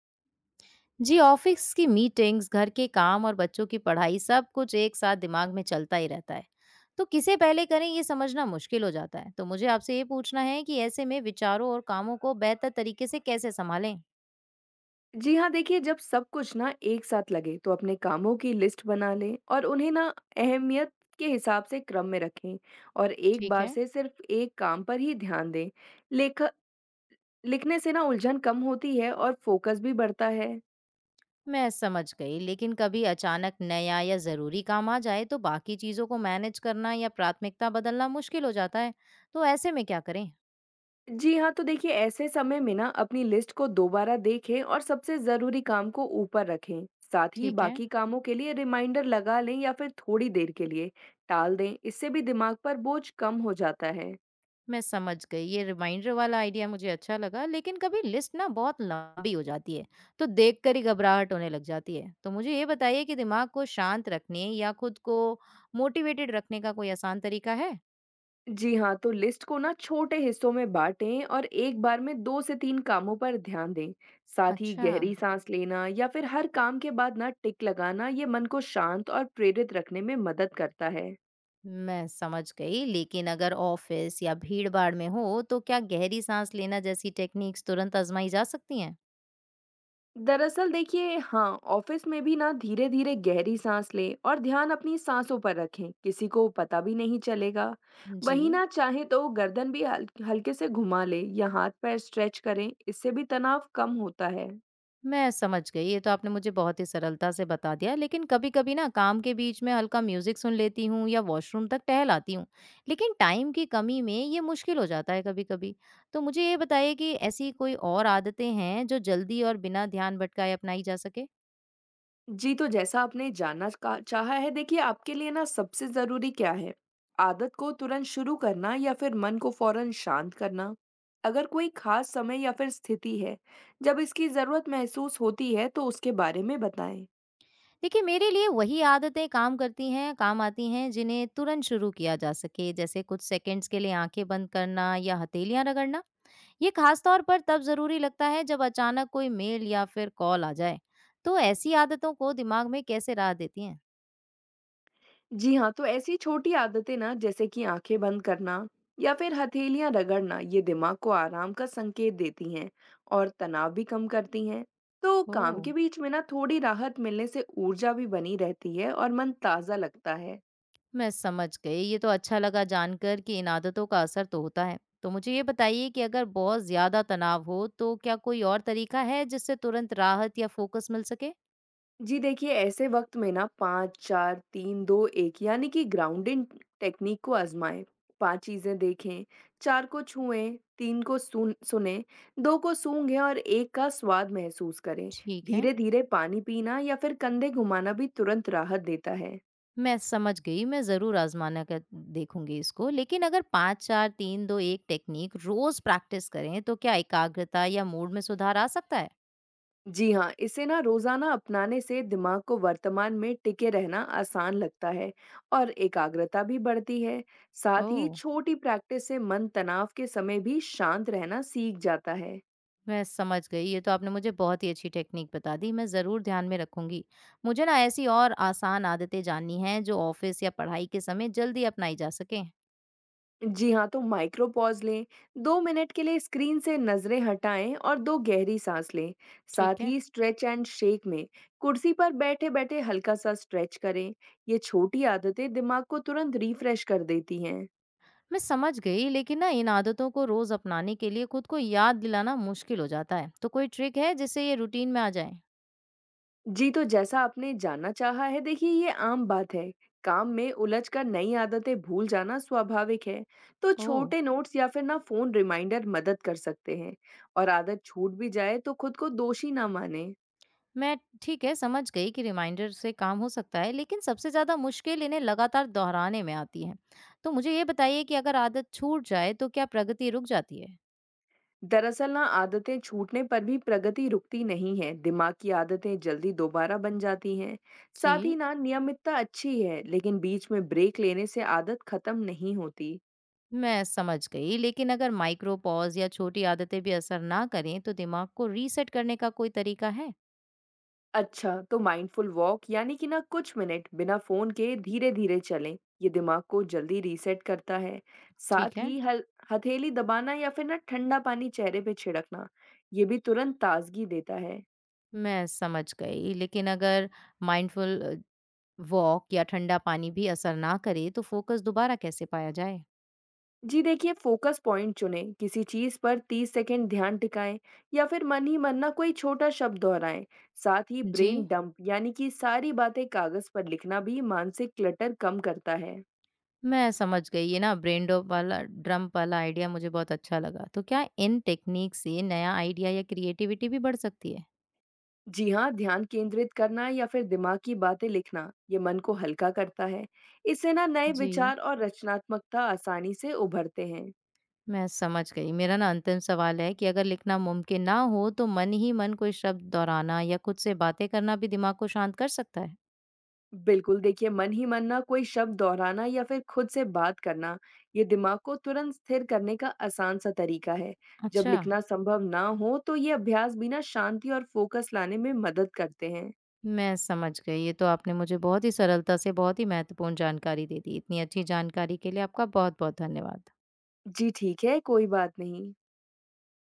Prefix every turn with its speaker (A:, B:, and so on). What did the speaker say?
A: जी, office की meetings, घर के काम और बच्चों की पढ़ाई, सब कुछ एक साथ दिमाग में चलता ही रहता है। तो किसे पहले करें ये समझना मुश्किल हो जाता है। तो मुझे आपसे ये पूछना है कि ऐसे में विचारों और कामों को बेहतर तरीके से कैसे संभालें।
B: जी हाँ, देखिए जब सब कुछ ना एक साथ लगे तो अपने कामों की लिस्ट बना लें और उन्हें ना अहमियत के हिसाब से क्रम में रखें और एक
A: ठीक
B: बार
A: है।
B: से सिर्फ एक काम पर ही ध्यान दें। लेख लिखने से ना उलझन कम होती है और फोकस भी बढ़ता है।
A: मैं समझ गई, लेकिन कभी अचानक नया या जरूरी काम आ जाए तो बाकी चीजों को मैनेज करना या प्राथमिकता बदलना मुश्किल हो जाता है। तो ऐसे में क्या करें।
B: जी हाँ, तो देखिए ऐसे समय में ना अपनी लिस्ट को दोबारा देखें और सबसे ज़रूरी काम को ऊपर रखें। साथ ही
A: ठीक है।
B: बाकी कामों के लिए रिमाइंडर लगा लें या फिर थोड़ी देर के लिए टाल दें। इससे भी दिमाग पर बोझ कम हो जाता है।
A: मैं समझ गई, ये रिमाइंडर वाला आइडिया मुझे अच्छा लगा। लेकिन कभी लिस्ट ना बहुत लंबी हो जाती है तो देखकर ही घबराहट होने लग जाती है। तो मुझे ये बताइए कि दिमाग को शांत रखने या खुद को मोटिवेटेड रखने का कोई आसान तरीका है।
B: जी हाँ, तो लिस्ट को ना छोटे हिस्सों में बांटें और एक बार में 2 से 3 कामों पर ध्यान दें। साथ ही
A: अच्छा।
B: गहरी सांस लेना या फिर हर काम के बाद ना टिक लगाना ये मन को शांत और प्रेरित रखने में मदद करता है।
A: मैं समझ गई, लेकिन अगर ऑफिस या भीड़ भाड़ में हो तो क्या गहरी सांस लेना जैसी टेक्निक्स तुरंत आजमाई जा सकती हैं।
B: दरअसल देखिए हाँ, ऑफिस में भी ना धीरे-धीरे गहरी सांस लें और ध्यान अपनी सांसों पर रखें, किसी को पता भी नहीं चलेगा।
A: जी।
B: वहीं ना चाहे तो गर्दन भी हल हल्के से घुमा लें या हाथ-पैर स्ट्रेच करें, इससे भी तनाव कम होता है।
A: मैं समझ गई, ये तो आपने मुझे बहुत ही सरलता से बता दिया। लेकिन कभी-कभी ना काम के बीच में हल्का म्यूज़िक सुन लेती हूँ या वॉशरूम तक टहल आती हूँ। लेकिन टाइम की कमी में ये मुश्किल हो जाता है कभी-कभी। तो मुझे ये बताइए कि ऐसी कोई और आदतें हैं जो जल्दी और बिना ध्यान भटकाए अपनाई जा सके?
B: जी, तो जैसा आपने जानना का चाहा है देखिए आपके लिए ना सबसे ज़रूरी क्या है? आदत को तुरंत शुरू करना या फिर मन को फ़ौरन शांत करना? अगर कोई ख़ास समय या फिर स्थिति है, जब इसकी ज़रूरत महसूस होती है तो उसके बारे में बताएँ।
A: देखिए, मेरे लिए वही आदतें काम करती हैं, काम आती हैं जिन्हें तुरंत शुरू किया जा सके। जैसे कुछ सेकंड्स के लिए आँखें बंद करना या हथेलियाँ रगड़ना। ये खास तौर पर तब ज़रूरी लगता है जब अचानक कोई मेल या फिर कॉल आ जाए। तो ऐसी आदतों को दिमाग में कैसे राह देती हैं?
B: जी हाँ, तो ऐसी छोटी आदतें ना जैसे कि आंखें बंद करना या फिर हथेलियां रगड़ना ये दिमाग को आराम का संकेत देती हैं और तनाव भी कम करती हैं। तो काम
A: ओह!
B: के बीच में ना थोड़ी राहत मिलने से ऊर्जा भी बनी रहती है और मन ताजा लगता है।
A: मैं समझ गई। ये तो अच्छा लगा जानकर कि इन आदतों का असर तो होता है। तो मुझे ये बताइए कि अगर बहुत ज़्यादा तनाव हो तो क्या कोई और तरीका है जिससे तुरंत राहत या फ़ोकस मिल सके?
B: जी देखिए, ऐसे वक़्त में ना 5 4 3 2 1 यानी कि ग्राउंडिंग टेक्नीक को आज़माएँ। 5 चीज़ें देखें, 4 को छुएँ, 3 को सुनें, 2 को सूंघें और 1 का स्वाद महसूस करें।
A: ठीक है।
B: धीरे-धीरे पानी पीना या फिर कंधे घुमाना भी तुरंत राहत देता है।
A: मैं समझ गई। मैं ज़रूर आज़माना कर देखूँगी इसको। लेकिन अगर 5, 4, 3, 2, 1 टेक्नीक रोज़ प्रैक्टिस करें तो क्या एकाग्रता या मूड में सुधार आ सकता है?
B: जी हाँ, इसे ना रोजाना अपनाने से दिमाग को वर्तमान में टिके रहना आसान लगता है और एकाग्रता भी बढ़ती है। साथ ही
A: ओह!
B: छोटी प्रैक्टिस से मन तनाव के समय भी शांत रहना सीख जाता है।
A: मैं समझ गई, ये तो आपने मुझे बहुत ही अच्छी टेक्निक बता दी। मैं ज़रूर ध्यान में रखूंगी। मुझे ना ऐसी और आसान आदतें जाननी हैं जो ऑफिस या पढ़ाई के समय जल्दी अपनाई जा सकें।
B: जी हाँ, तो माइक्रो पॉज लें, दो मिनट के लिए स्क्रीन से नजरें हटाएं और दो गहरी सांस लें।
A: ठीक
B: साथ
A: है।
B: ही स्ट्रेच एंड शेक में कुर्सी पर बैठे-बैठे हल्का सा स्ट्रेच करें। ये छोटी आदतें दिमाग को तुरंत रिफ्रेश कर देती हैं।
A: मैं समझ गई, लेकिन ना इन आदतों को रोज़ अपनाने के लिए खुद को याद दिलाना मुश्किल हो जाता है। तो कोई ट्रिक है जिससे ये रूटीन में आ जाए?
B: जी, तो जैसा आपने जानना चाहा है, देखिए ये आम बात है। काम में उलझकर नई आदतें भूल जाना स्वाभाविक है। तो
A: ओह!
B: छोटे नोट्स या फिर ना फ़ोन रिमाइंडर मदद कर सकते हैं और आदत छूट भी जाए तो खुद को दोषी ना मानें।
A: मैं, ठीक है, समझ गई कि रिमाइंडर से काम हो सकता है। लेकिन सबसे ज़्यादा मुश्किल इन्हें लगातार दोहराने में आती है। तो मुझे ये बताइए कि अगर आदत छूट जाए तो क्या प्रगति रुक जाती है।
B: दरअसल ना आदतें छूटने पर भी प्रगति रुकती नहीं है। दिमाग की आदतें जल्दी दोबारा बन जाती हैं। साथ ही
A: जी।
B: ना नियमितता अच्छी है, लेकिन बीच में ब्रेक लेने से आदत खत्म नहीं होती।
A: मैं समझ गई, लेकिन अगर माइक्रो पॉज या छोटी आदतें भी असर ना करें तो दिमाग को रीसेट करने का कोई तरीका है?
B: अच्छा, तो माइंडफुल वॉक यानी कि ना कुछ मिनट बिना फ़ोन के धीरे-धीरे चलें, ये दिमाग को जल्दी रीसेट करता है।
A: ठीक
B: साथ
A: है।
B: ही हल हथेली दबाना या फिर ना ठंडा पानी चेहरे पे छिड़कना, ये भी तुरंत ताज़गी देता है।
A: मैं समझ गई, लेकिन अगर माइंडफुल वॉक या ठंडा पानी भी असर ना करे तो फोकस दोबारा कैसे पाया जाए?
B: जी देखिए, फोकस पॉइंट चुनें, किसी चीज़ पर 30 सेकंड ध्यान टिकाएं या फिर मन ही मन ना कोई छोटा शब्द दोहराएं। साथ ही
A: जी।
B: ब्रेन डंप यानी कि सारी बातें कागज़ पर लिखना भी मानसिक क्लटर कम करता है।
A: मैं समझ गई, ये ना ब्रेन डोप वाला, ड्रम वाला आइडिया मुझे बहुत अच्छा लगा। तो क्या इन टेक्निक से नया आइडिया या क्रिएटिविटी भी बढ़ सकती है?
B: जी हाँ, ध्यान केंद्रित करना या फिर दिमाग की बातें लिखना, ये मन को हल्का करता है। इससे ना नए
A: जी।
B: विचार और रचनात्मकता आसानी से उभरते हैं।
A: मैं समझ गई। मेरा ना अंतिम सवाल है कि अगर लिखना मुमकिन ना हो तो मन ही मन कोई शब्द दोहराना या खुद से बातें करना भी दिमाग को शांत कर सकता है?
B: बिल्कुल देखिए, मन ही मन ना कोई शब्द दोहराना या फिर खुद से बात करना, ये दिमाग को तुरंत स्थिर करने का आसान सा तरीका है। जब
A: अच्छा।
B: लिखना संभव ना हो, तो ये अभ्यास भी ना शांति और फोकस लाने में मदद करते हैं।
A: मैं समझ गई। ये तो आपने मुझे बहुत ही सरलता से बहुत ही महत्वपूर्ण जानकारी दे दी। इतनी अच्छी जानकारी के लिए आपका बहुत-बहुत धन्यवाद।
B: जी ठीक है, कोई बात नहीं।